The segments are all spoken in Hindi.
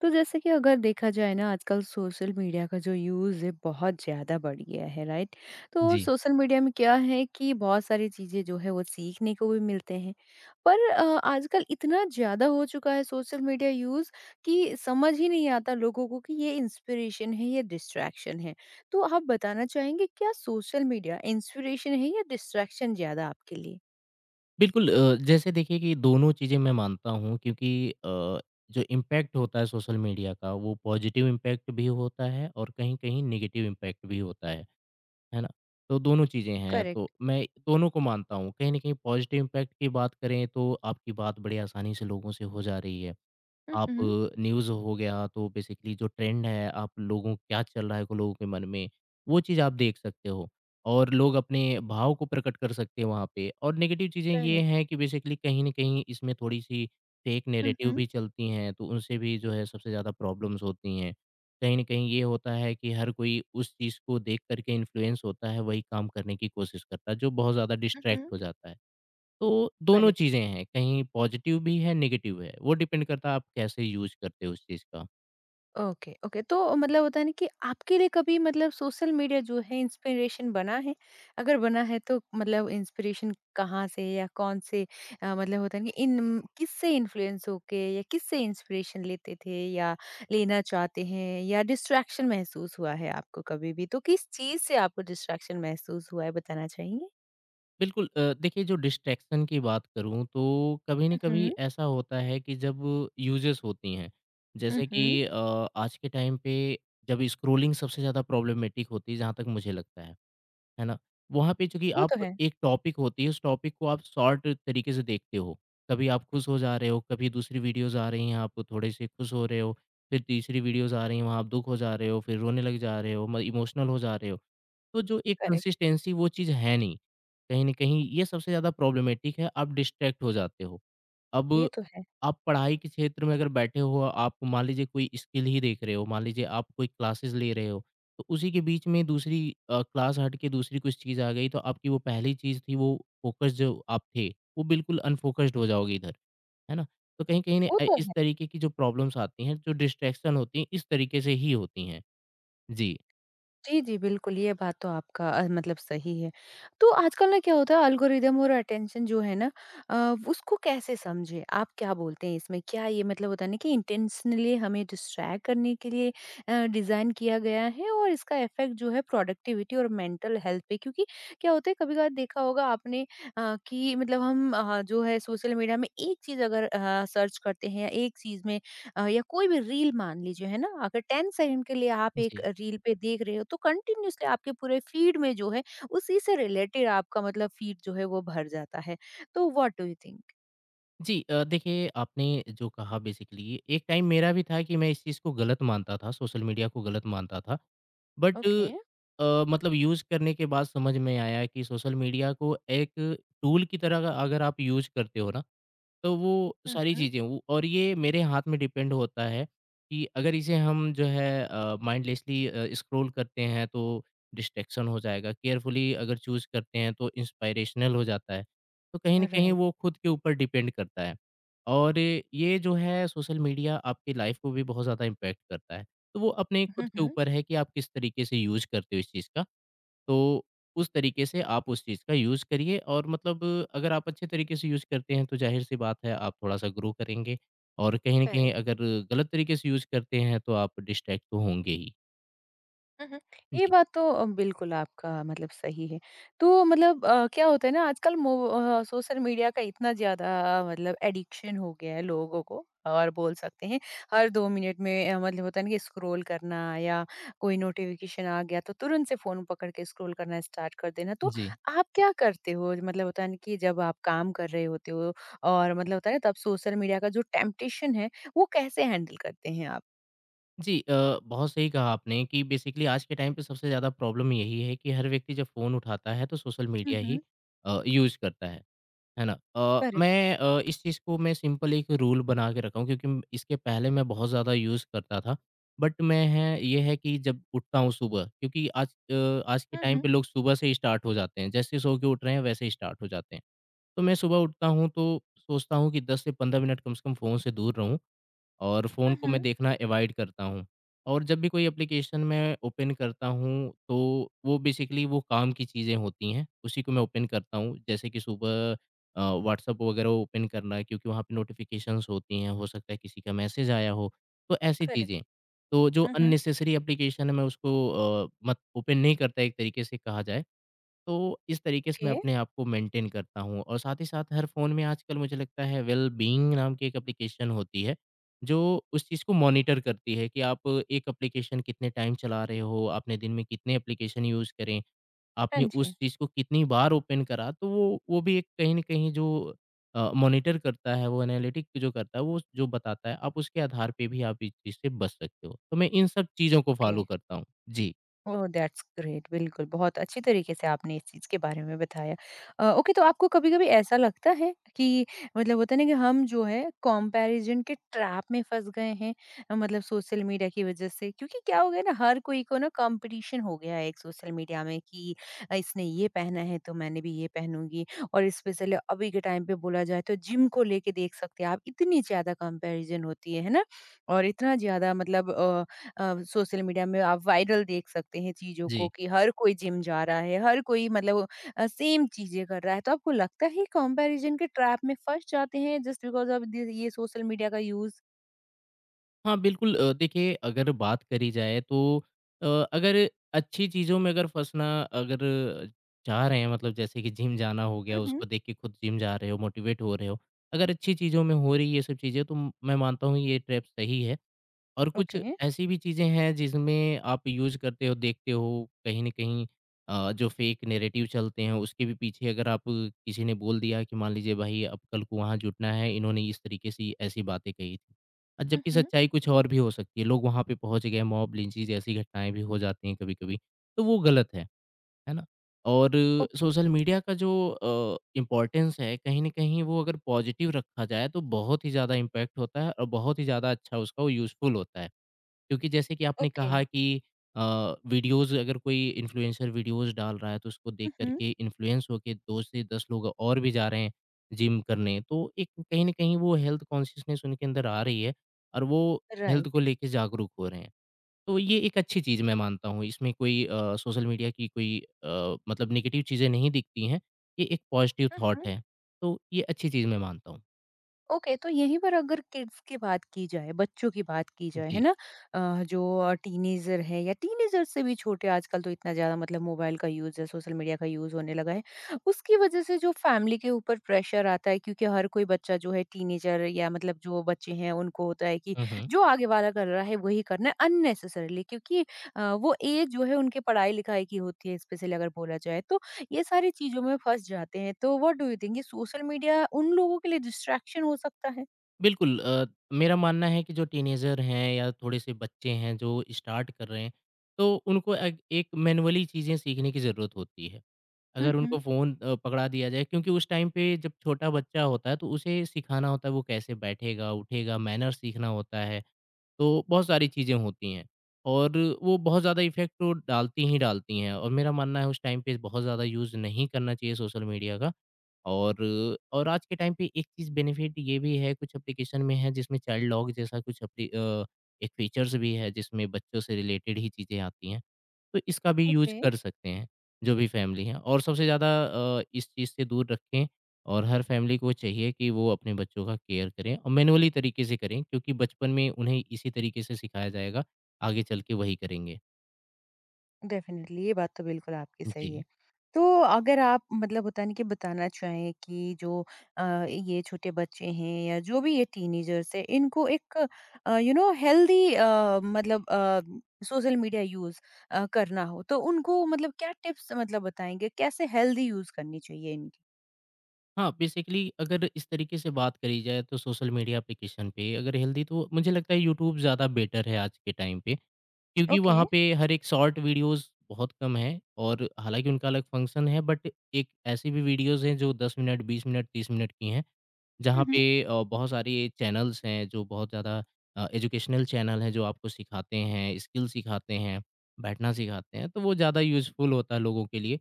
तो जैसे कि अगर देखा जाए ना आजकल सोशल मीडिया का जो यूज़ है बहुत ज़्यादा बढ़ गया है, राइट? तो और जी, सोशल मीडिया में क्या है कि बहुत सारी चीज़ें जो है वो सीखने को भी मिलते हैं। पर आजकल इतना ज़्यादा हो चुका है सोशल मीडिया यूज़ कि समझ ही नहीं आता लोगों को कि ये इंस्पिरेशन है या डिस्ट्रैक्शन है। तो आप बताना चाहेंगे क्या सोशल मीडिया इंस्पिरेशन है या डिस्ट्रैक्शन ज़्यादा आपके लिए? बिल्कुल जैसे देखिए कि दोनों चीज़ें मैं मानता हूँ क्योंकि जो इम्पैक्ट होता है सोशल मीडिया का वो पॉजिटिव इम्पैक्ट भी होता है और कहीं-कहीं नेगेटिव इम्पैक्ट भी होता है ना? तो दोनों चीज़ें हैं, तो करेक्ट। मैं दोनों को मानता हूँ। कहीं न कहीं पॉजिटिव इम्पैक्ट की बात करें तो आपकी बात बड़ी आसानी से लोगों से हो जा रही है। हुँ, आप हुँ। न्यूज़ हो गया तो बेसिकली जो ट्रेंड है, आप लोगों क्या चल रहा है को लोगों के मन में, वो चीज़ आप देख सकते हो और लोग अपने भाव को प्रकट कर सकते हैं वहाँ पे और नेगेटिव चीज़ें ये करेक्ट। हैं कि बेसिकली कहीं न कहीं इसमें थोड़ी-सी फेक हुँ, नैरेटिव हुँ। भी चलती हैं, तो उनसे भी जो है सबसे ज़्यादा प्रॉब्लम्स होती हैं। कहीं न कहीं ये होता है कि हर कोई उस चीज़ को देख कर के इन्फ्लुएंस होता है, वही काम करने की कोशिश करता है, जो बहुत ज़्यादा हुँ, हुँ। डिस्ट्रैक्ट हो जाता है। तो दोनों करेक्ट। चीज़ें हैं, कहीं पॉज़िटिव भी है, नेगेटिव है, वो डिपेंड करता है आप कैसे यूज़ करते हो उस चीज़ का। ओके ओके तो मतलब होता है ना कि आपके लिए कभी मतलब सोशल मीडिया जो है इंस्पिरेशन बना है अगर बना है तो मतलब इंस्पिरेशन कहाँ से या कौन से अ, मतलब होता है ना कि इन किससे इन्फ्लुएंस होके या किससे इंस्पिरेशन लेते थे या लेना चाहते हैं या डिस्ट्रैक्शन महसूस हुआ है आपको कभी भी तो किस चीज से आपको डिस्ट्रैक्शन महसूस हुआ है बताना चाहेंगे बिल्कुल देखिए जो डिस्ट्रैक्शन की बात करूँ तो कभी न कभी हम्म ऐसा होता है कि जब यूज़ेज़ होती हैं, जैसे कि हम्म आज के टाइम पे जब स्क्रॉलिंग सबसे ज़्यादा प्रॉब्लमेटिक होती है, जहाँ तक मुझे लगता है। है ना? वहाँ पे चूँकि वो तो आप है एक टॉपिक होती है, उस टॉपिक को आप शॉर्ट तरीके से देखते हो। कभी आप खुश हो जा रहे हो, कभी दूसरी वीडियोज़ आ रही हैं, आप थोड़े से खुश हो रहे हो, फिर तीसरी वीडियोज़ आ रही हैं, वहाँ आप दुःख हो जा रहे हो, फिर रोने लग जा रहे हो, म इमोशनल हो जा रहे हो। तो जो एक करेक्ट। कंसिस्टेंसी वो चीज़ है नहीं। कहीं न कहीं ये सबसे ज़्यादा प्रॉब्लमैटिक है, आप डिस्ट्रैक्ट हो जाते हो। अब ये तो है। आप पढ़ाई के क्षेत्र में अगर बैठे हो, आप मान लीजिए कोई स्किल ही देख रहे हो, मान लीजिए आप कोई क्लासेस ले रहे हो, तो उसी के बीच में दूसरी क्लास हट के दूसरी कुछ चीज़ आ गई, तो आपकी वो पहली चीज़ थी, वो फ़ोकस जो आप थे, वो बिल्कुल अनफ़ोकस्ड हो जाओगे इधर, है ना? तो कहीं कहीं न वो अ, तो इस है। तरीके की जो प्रॉब्लम्स आती हैं, जो डिस्ट्रैक्शन होती हैं, इस तरीके से ही होती हैं। जी। जी, जी, बिल्कुल, ये बात तो आपका मतलब सही है। तो आजकल ना क्या होता है एल्गोरिदम और अटेंशन जो है ना, अ, उसको कैसे समझें? आप क्या बोलते हैं इसमें? क्या ये मतलब होता है ना कि इंटेंशनली हमें डिस्ट्रैक्ट करने के लिए डिज़ाइन किया गया है और इसका इफ़ेक्ट जो है प्रोडक्टिविटी और मेंटल हेल्थ पे, क्योंकि क्या होता है कभी-कभार देखा होगा आपने कि मतलब हम जो है सोशल मीडिया में एक चीज़ अगर सर्च करते हैं या एक चीज़ में या कोई भी रील मान लीजिए है ना, अगर 10 सेकंड के लिए आप एक जी। रील पे देख रहे हो तो कंटिन्यूअसली आपके पूरे फीड में जो है उसी से रिलेटेड आपका मतलब फीड जो है वो भर जाता है। तो व्हाट डू यू थिंक? जी, देखिए आपने जो कहा बेसिकली एक टाइम मेरा भी था कि मैं इस चीज़ को गलत मानता था, सोशल मीडिया को गलत मानता था। But okay. मतलब यूज़ करने के बाद समझ में आया कि सोशल मीडिया को एक टूल की तरह अगर आप यूज़ करते हो ना तो वो सारी चीज़ें वो और ये मेरे हाथ में डिपेंड होता है कि अगर इसे हम जो है माइंडलेसली स्क्रॉल करते हैं तो डिस्ट्रैक्शन हो जाएगा, केयरफुली अगर चूज़ करते हैं तो इंस्पिरेशनल हो जाता है। तो कहीं न कहीं राइट। वो खुद के ऊपर डिपेंड करता है और ये जो है सोशल मीडिया आपकी लाइफ़ को भी बहुत ज़्यादा इम्पैक्ट करता है। तो वो अपने खुद के ऊपर है कि आप किस तरीके से यूज़ करते हो इस चीज़ का। तो उस तरीके से आप उस चीज़ का यूज़ करिए और मतलब अगर आप अच्छे तरीके से यूज़ करते हैं तो ज़ाहिर-सी बात है आप थोड़ा-सा ग्रो करेंगे और कहीं न कहीं करेक्ट। अगर गलत तरीके से यूज़ करते हैं तो आप डिस्ट्रैक्ट तो होंगे ही। हुँ, हुँ। ये जी। बात तो बिल्कुल आपका मतलब सही है। तो मतलब क्या होता है ना आजकल सोशल मीडिया का इतना ज़्यादा मतलब एडिक्शन हो गया है लोगों को, और बोल सकते हैं हर 2 मिनट में मतलब होता है ना कि स्क्रॉल करना या कोई नोटिफ़िकेशन आ गया तो तुरंत से फ़ोन पकड़ के स्क्रॉल करना स्टार्ट कर देना। तो जी। आप क्या करते हो, मतलब होता है ना कि जब आप काम कर रहे होते हो और मतलब होता है ना तब सोशल मीडिया का जो टेम्पटेशन है वो कैसे हैंडल करते हैं आप? जी, बहुत सही कहा आपने कि बेसिकली आज के टाइम पे सबसे ज़्यादा प्रॉब्लम यही है कि हर व्यक्ति जब फ़ोन उठाता है तो सोशल हुँ, मीडिया ही हुँ। यूज़ करता है। है ना? करेक्ट। मैं इस चीज़ को मैं सिंपल एक रूल बना के रखा हूँ क्योंकि म इसके पहले मैं बहुत ज़्यादा यूज़ करता था। बट मैं है ये है कि जब उठता हूँ सुबह क्योंकि आज के हुँ, टाइम हुँ। पे लोग सुबह से ही स्टार्ट हो जाते हैं। जैसे सो के उठ रहे हैं वैसे ही स्टार्ट हो जाते हैं। तो मैं सुबह उठता हूँ तो सोचता हूँ कि 10 से 15 मिनट कम से कम फ़ोन से दूर रहूँ और फ़ोन हुँ, को मैं हुँ। देखना अवॉइड करता हूँ। और जब भी कोई एप्लीकेशन मैं ओपन करता हूँ, तो वो बेसिकली वो काम की चीज़ें होती हैं, उसी को मैं ओपन करता हूँ। जैसे कि सुबह व्हाट्सएप वगैरह ओपन करना है क्योंकि वहाँ पे नोटिफ़िकेशंस होती हैं, हो सकता है किसी का मैसेज आया हो, तो ऐसी करेक्ट। चीज़ें। तो जो मम्म। अननेसेसरी एप्लीकेशन है मैं उसको अ, मत ओपन नहीं करता एक तरीके से कहा जाए। तो इस तरीके से मैं ओके। अपने आप को मेंटेन करता हूँ और साथ ही साथ हर फ़ोन में आजकल मुझे लगता है वेल बीइंग नाम की एक एप्लीकेशन होती है, जो उस चीज़ को मॉनिटर करती है कि आप एक एप्लीकेशन कितने टाइम चला रहे हो, आपने दिन में कितने एप्लीकेशन यूज़ करें, हाँ आपने जी। उस चीज़ को कितनी बार ओपन करा, तो वो भी एक कहीं न कहीं जो मॉनिटर करता है, वो एनालिटिक जो करता है, वो जो बताता है, आप उसके आधार पे भी आप इस चीज़ से बच सकते हो। तो मैं इन सब चीज़ों को ओके। फ़ॉलो करता हूँ। जी। Oh, that's great. बिल्कुल बहुत अच्छी तरीके से आपने इस चीज के बारे में बताया। ओके, तो आपको कभी कभी ऐसा लगता है कि मतलब होता है ना कि हम जो है कंपैरिजन के ट्रैप में फंस गए हैं, मतलब सोशल मीडिया की वजह से, क्योंकि क्या हो गया ना हर कोई को ना कंपटीशन हो गया है एक सोशल मीडिया में कि इसने ये पहना है तो मैंने भी ये पहनूंगी। और स्पेशली अभी के टाइम पे बोला जाए तो जिम को लेके देख सकते हैं आप, इतनी ज्यादा कंपैरिजन होती है ना? और इतना ज्यादा मतलब सोशल मीडिया में आप वायरल देख सकते हैं चीज़ों को जी। कि हर कोई जिम जा रहा है, हर कोई मतलब सेम चीज़ें कर रहा है। तो आपको लगता है कंपैरिज़न के ट्रैप में फँस जाते हैं जस्ट बिकॉज़ ऑफ़ द ये सोशल मीडिया का यूज़? हाँ, बिल्कुल देखिए अगर बात करी जाए तो अगर अच्छी चीज़ों में अगर फँसना अगर चाह रहे हैं मतलब जैसे कि जिम जाना हो गया, हुँ, हुँ। उसको देख के खुद जिम जा रहे हो, मोटिवेट हो रहे हो। अगर अच्छी चीज़ों में हो रही है ये सब चीज़ें तो मैं मानता हूँ ये ट्रैप सही है। और कुछ ओके। ऐसी भी चीज़ें हैं जिसमें आप यूज़ करते हो, देखते हो कहीं न कहीं जो फेक नैरेटिव चलते हैं उसके भी पीछे अगर आप किसी ने बोल दिया कि मान लीजिए भाई अब कल को वहाँ जुटना है, इन्होंने इस तरीके से ऐसी बातें कही थी। हुँ, जबकि हुँ। सच्चाई कुछ और भी हो सकती है, लोग वहाँ पे पहुँच गए, मॉब लिंचिंग जैसी घटनाएँ भी हो जाती हैं कभी-कभी, तो वो गलत है ना? और ओके, सोशल मीडिया का जो इम्पोर्टेंस है कहीं न कहीं वो अगर पॉज़िटिव रखा जाए तो बहुत ही ज़्यादा इम्पैक्ट होता है और बहुत ही ज़्यादा अच्छा उसका वो यूज़फुल होता है। क्योंकि जैसे कि आपने ओके। कहा कि अ, वीडियोज़ अगर कोई इन्फ्लुएंसर वीडियोज़ डाल रहा है तो उसको देख हुँ, कर हुँ। के इन्फ्लुएंस होके 2 से 10 लोग और भी जा रहे हैं जिम करने। तो एक कहीं न कहीं वो हेल्थ कॉन्शियसनेस उनके अंदर आ रही है और वो हेल्थ को राइट। लेके जागरूक हो रहे हैं। तो ये एक अच्छी चीज़ मैं मानता हूँ। इसमें कोई सोशल मीडिया की कोई मतलब नेगेटिव चीज़ें नहीं दिखती हैं। ये एक पॉज़िटिव हुँ, थॉट हुँ। है। तो ये अच्छी चीज़ मैं मानता हूँ। ओके, तो यहीं पर अगर किड्स की बात की जाए, बच्चों की बात की जाए, है जी। ना, जो टीनेजर है या टीनेजर से भी छोटे, आजकल तो इतना ज्यादा मतलब मोबाइल का यूज है, सोशल मीडिया का यूज होने लगा है। उसकी वजह से जो फैमिली के ऊपर प्रेशर आता है, क्योंकि हर कोई बच्चा जो है टीनेजर या मतलब जो बच्चे हैं उनको होता है कि हुँ, हुँ। जो आगे वाला कर रहा है वही करना है अननेसेसरली, क्योंकि वो एज जो है उनके पढ़ाई लिखाई की होती है, स्पेशली अगर बोला जाए तो ये सारी चीज़ों में फँस जाते हैं। तो व्हाट डू यू थिंक ये सोशल मीडिया उन लोगों के लिए डिस्ट्रैक्शन हो सकता है? बिल्कुल मेरा मानना है कि जो टीनेजर हैं या थोड़े से बच्चे हैं जो स्टार्ट कर रहे हैं तो उनको एक मैनुअली चीज़ें सीखने की ज़रूरत होती है। हुँ, अगर उनको हुँ। फ़ोन पकड़ा दिया जाए क्योंकि उस टाइम पे जब छोटा बच्चा होता है तो उसे सिखाना होता है वो कैसे बैठेगा, उठेगा, मैनर सीखना होता है, तो बहुत सारी चीज़ें होती हैं। और वो बहुत ज़्यादा इफ़ेक्ट तो डालती ही डालती हैं और मेरा मानना है उस टाइम पे बहुत ज़्यादा यूज़ नहीं करना चाहिए सोशल मीडिया का। और और आज के टाइम पे एक चीज़ बेनिफिट ये भी है कुछ एप्लीकेशन में है जिसमें चाइल्ड लॉक जैसा कुछ एक फीचर्स भी है जिसमें बच्चों से रिलेटेड ही चीज़ें आती हैं। तो इसका भी यूज़ ओके। कर सकते हैं, जो भी फैमिली है और सबसे ज़्यादा इस चीज़ से दूर रखें और हर फैमिली को चाहिए कि वो अपने बच्चों का केयर करें और मैनुअली तरीके से करें क्योंकि बचपन में उन्हें इसी तरीके से सिखाया जाएगा, आगे चल के वही करेंगे। डेफ़िनेटली, ये बात तो बिल्कुल आपकी जी। सही है। तो अगर आप मतलब होता है ना कि बताना चाहें कि जो अ, ये छोटे बच्चे हैं या जो भी ये टीनेजर्स हैं, इनको एक यू नो हेल्दी मतलब सोशल मीडिया यूज़ करना हो तो उनको मतलब क्या टिप्स मतलब बताएँगे, कैसे हेल्दी यूज़ करनी चाहिए इनकी? हाँ, बेसिकली अगर इस तरीके से बात करी जाए तो सोशल मीडिया एप्लीकेशन पे अगर हेल्दी तो मुझे लगता है यूट्यूब ज़्यादा बेटर है आज के टाइम पे, क्योंकि ओके। वहाँ पे हर एक शॉर्ट वीडियोज़ बहुत कम है और हालाँकि उनका अलग फंक्शन है बट एक ऐसी भी वीडियोज़ हैं जो 10 मिनट, 20 मिनट, 30 मिनट की हैं। जहाँ हुँ, पे हुँ। बहुत सारे चैनल्स हैं जो बहुत ज़्यादा एजुकेशनल चैनल हैं जो आपको सिखाते हैं, स्किल सिखाते हैं, बैठना सिखाते हैं, तो वो ज़्यादा यूज़फुल होता है लोगों के लिए।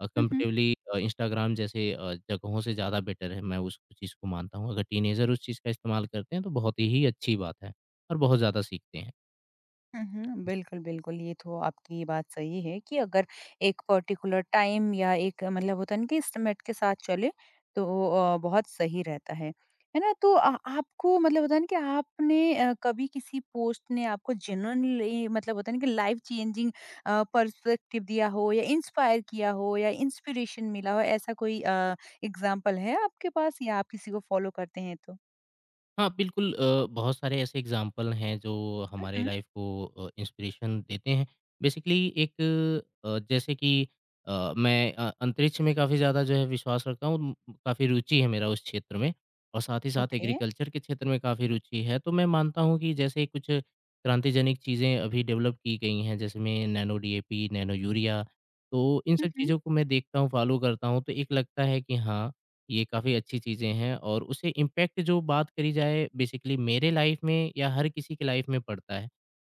हुँ, हुँ। कंपैरेटिवली इंस्टाग्राम जैसे जगहों से ज़्यादा बेटर है, मैं उस चीज़ को मानता हूँ। अगर टीनेजर उस चीज़ का इस्तेमाल करते हैं तो बहुत ही अच्छी बात है और बहुत ज़्यादा सीखते हैं। हुँ, हुँ। बिल्कुल, बिल्कुल, ये तो आपकी ये बात सही है कि अगर एक पर्टिकुलर टाइम या एक मतलब होता है ना कि एस्टीमेट के साथ चले, तो बहुत सही रहता है। है ना? तो आपको मतलब होता है ना कि आपने कभी किसी पोस्ट ने आपको जेन्युइनली मतलब होता है ना कि लाइफ चेंजिंग पर्सपेक्टिव दिया हो या इंस्पायर किया हो या इंस्पिरेशन मिला हो, ऐसा कोई एग्ज़ाम्पल है आपके पास या आप किसी को फ़ॉलो करते हैं तो? हाँ, बिल्कुल बहुत सारे ऐसे एग्ज़ाम्पल हैं जो हुँ, हमारे हुँ। लाइफ़ को इंस्पिरेशन देते हैं। बेसिकली एक जैसे कि मैं अंतरिक्ष में काफ़ी ज़्यादा जो है विश्वास रखता हूँ, काफ़ी रुचि है मेरा उस क्षेत्र में और साथ ही साथ ओके। एग्रीकल्चर के क्षेत्र में काफ़ी रुचि है। तो मैं मानता हूँ कि जैसे कुछ क्रांतिजनक चीज़ें अभी डेवलप की गई हैं, जैसे में नैनो डीएपी, नैनो यूरिया। तो इन हुँ, सब हुँ। चीज़ों को मैं देखता हूँ, फ़ॉलो करता हूँ, तो एक लगता है कि हाँ, ये काफ़ी अच्छी चीज़ें हैं, और उससे इम्पैक्ट जो बात करी जाए, बेसिकली मेरे लाइफ में या हर किसी के लाइफ में पड़ता है,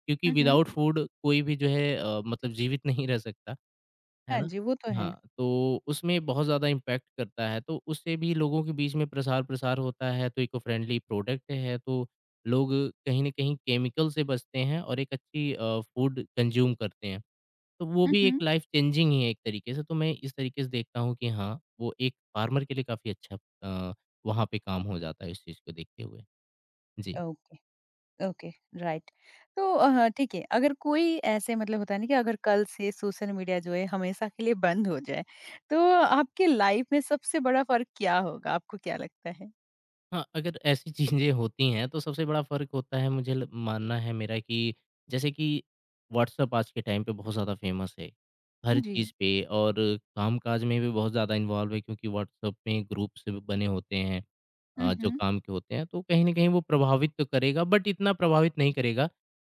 क्योंकि हुँ, हुँ। विदाउट फूड कोई भी जो है, मतलब जीवित नहीं रह सकता, है हाँ ना? जी, वो तो है। हाँ, तो उसमें बहुत ज़्यादा इम्पैक्ट करता है, तो उससे भी लोगों के बीच में प्रसार-प्रसार होता है। तो इको फ्रेंडली प्रोडक्ट है, तो लोग कहीं न कहीं केमिकल से बचते हैं और एक अच्छी फूड कंज़्यूम करते हैं। तो वो हुँ, भी एक हुँ। लाइफ चेंजिंग ही है एक तरीके से। तो मैं इस तरीके से देखता हूँ कि हाँ, वो एक फार्मर के लिए काफ़ी अच्छा, अ, वहाँ पे काम हो जाता है इस चीज़ को देखते हुए। जी। Okay, okay, right. तो ठीक है, अगर कोई ऐसे मतलब होता है ना कि अगर कल से सोशल मीडिया जो है हमेशा के लिए बंद हो जाए, तो आपकी लाइफ में सबसे बड़ा फ़र्क क्या होगा? आपको क्या लगता है? हाँ, अगर ऐसी चीज़ें होती हैं, तो सबसे बड़ा फ़र्क होता है, मुझे ल मानना है मेरा कि जैसे कि व्हाट्सएप आज के टाइम पे बहुत ज़्यादा फ़ेमस है, हर जी। चीज़ पे, और काम-काज में भी बहुत ज़्यादा इन्वॉल्व है, क्योंकि व्हाट्सएप में ग्रुप्स बने होते हैं। हुँ, जो हुँ। काम के होते हैं, तो कहीं न कहीं वो प्रभावित तो करेगा, बट इतना प्रभावित नहीं करेगा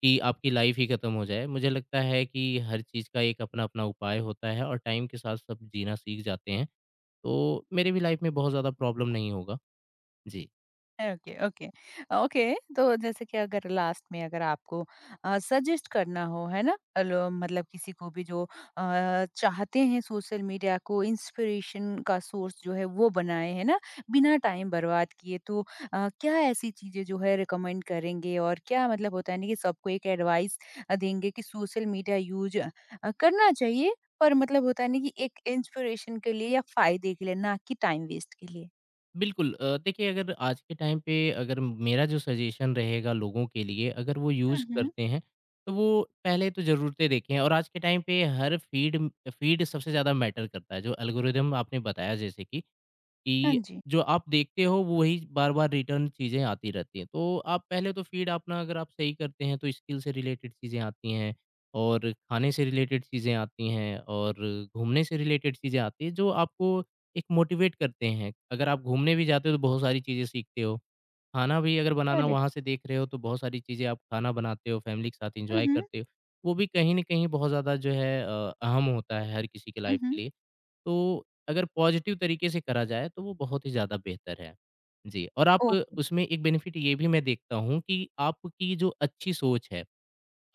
कि आपकी लाइफ़ ही खत्म हो जाए। मुझे लगता है कि हर चीज़ का एक अपना-अपना उपाय होता है और टाइम के साथ सब जीना सीख जाते हैं, तो मेरे भी लाइफ़ में बहुत ज़्यादा प्रॉब्लम नहीं होगा। जी। Okay, okay. ओके, तो जैसे कि अगर लास्ट में अगर आपको सजेस्ट करना हो, है ना, मतलब किसी को भी जो चाहते हैं सोशल मीडिया को इंस्पिरेशन का सोर्स जो है वो बनाए, है ना, बिना टाइम बर्बाद किए, तो क्या ऐसी चीजें जो है रिकमेंड करेंगे, और क्या मतलब होता है ना कि सबको एक एडवाइस देंगे कि सोशल मीडिया यूज करना चाहिए पर मतलब होता है ना कि एक इंस्पिरेशन के लिए या फायदे के लिए, ना कि टाइम वेस्ट के लिए। बिल्कुल। देखिए, अगर आज के टाइम पे अगर मेरा जो सजेशन रहेगा लोगों के लिए, अगर वो हम्म, यूज़ हम्म। करते हैं, तो वो पहले तो ज़रूरतें देखें। और आज के टाइम पे हर फ़ीड फ़ीड सबसे ज़्यादा मैटर करता है। जो एल्गोरिदम आपने बताया, जैसे कि हाँ कि जी। जो आप देखते हो, वो वही बार-बार रिटर्न चीज़ें आती रहती हैं। तो आप पहले तो फीड अपना अगर आप सही करते हैं, तो स्किल से रिलेटेड चीज़ें आती हैं, और खाने से रिलेटेड चीज़ें आती हैं, और घूमने से रिलेटेड चीज़ें आती हैं जो आपको एक मोटिवेट करते हैं। अगर आप घूमने भी जाते हो, तो बहुत सारी चीज़ें सीखते हो। खाना भी अगर बनाना करेक्ट। वहाँ से देख रहे हो, तो बहुत सारी चीज़ें आप खाना बनाते हो, फैमिली के साथ Uh एन्जॉय huh. करते हो। वो भी कहीं न कहीं बहुत ज़्यादा जो है, अहम होता है हर किसी के Uh लाइफ huh. के लिए। तो अगर पॉजिटिव तरीके से करा जाए, तो वो बहुत ही ज़्यादा बेहतर है। जी। और आप Okay. उसमें एक बेनिफिट ये भी मैं देखता हूँ कि आपकी जो अच्छी सोच है,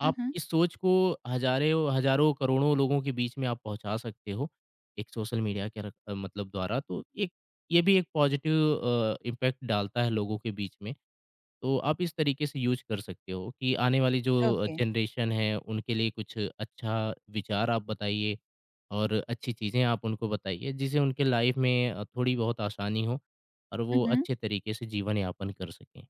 Uh आप huh. इस सोच को हज़ारों हज़ारों, करोड़ों लोगों के बीच में आप पहुँचा सकते हो, एक सोशल मीडिया के र मतलब द्वारा। तो एक ये भी एक पॉजिटिव इम्पैक्ट डालता है लोगों के बीच में। तो आप इस तरीके से यूज़ कर सकते हो कि आने वाली जो Okay. जनरेशन है, उनके लिए कुछ अच्छा विचार आप बताइए और अच्छी चीज़ें आप उनको बताइए, जिससे उनके लाइफ में थोड़ी बहुत आसानी हो, और Uh वो huh. अच्छे तरीके से जीवन-यापन कर सकें।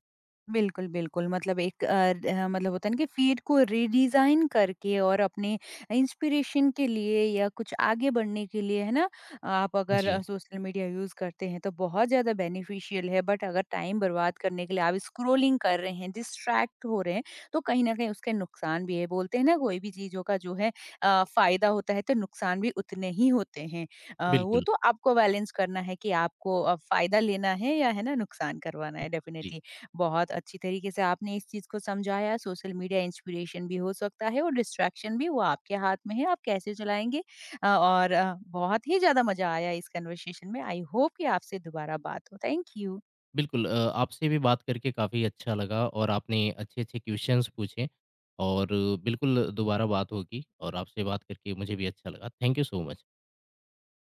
बिल्कुल, बिल्कुल। मतलब एक अ, ड मतलब होता है ना कि फ़ीड को रिडिज़ाइन करके और अपने इंस्पिरेशन के लिए या कुछ आगे बढ़ने के लिए, है ना? आप अगर जी, सोशल मीडिया यूज़ करते हैं, तो बहुत ज़्यादा बेनिफिशियल है, बट अगर टाइम बर्बाद करने के लिए आप स्क्रॉलिंग कर रहे हैं, डिस्ट्रैक्ट हो रहे हैं, तो कहीं न कहीं उसके नुकसान भी है। बोलते हैं ना, कोई भी चीज़ों का जो है फ़ायदा होता है, तो नुकसान भी उतने ही होते हैं। वो बिल्कुल। तो आपको बैलेंस करना है कि आपको फ़ायदा लेना है या, है ना, नुकसान करवाना है। जी, डेफ़िनिटली बहुत अच्छी तरीके से आपने इस चीज़ को समझाया। सोशल मीडिया इंस्पिरेशन भी हो सकता है और डिस्ट्रैक्शन भी, वो आपके हाथ में है, आप कैसे चलाएँगे। और बहुत ही ज़्यादा मज़ा आया इस कन्वर्सेशन में। आई होप कि आपसे दोबारा बात हो। Thank you. बिल्कुल, आपसे भी बात करके काफ़ी अच्छा लगा, और आपने अच्छे-अच्छे क्वेश्चंस पूछे, और बिल्कुल दोबारा बात होगी, और आपसे बात करके मुझे भी अच्छा लगा। Thank you so much.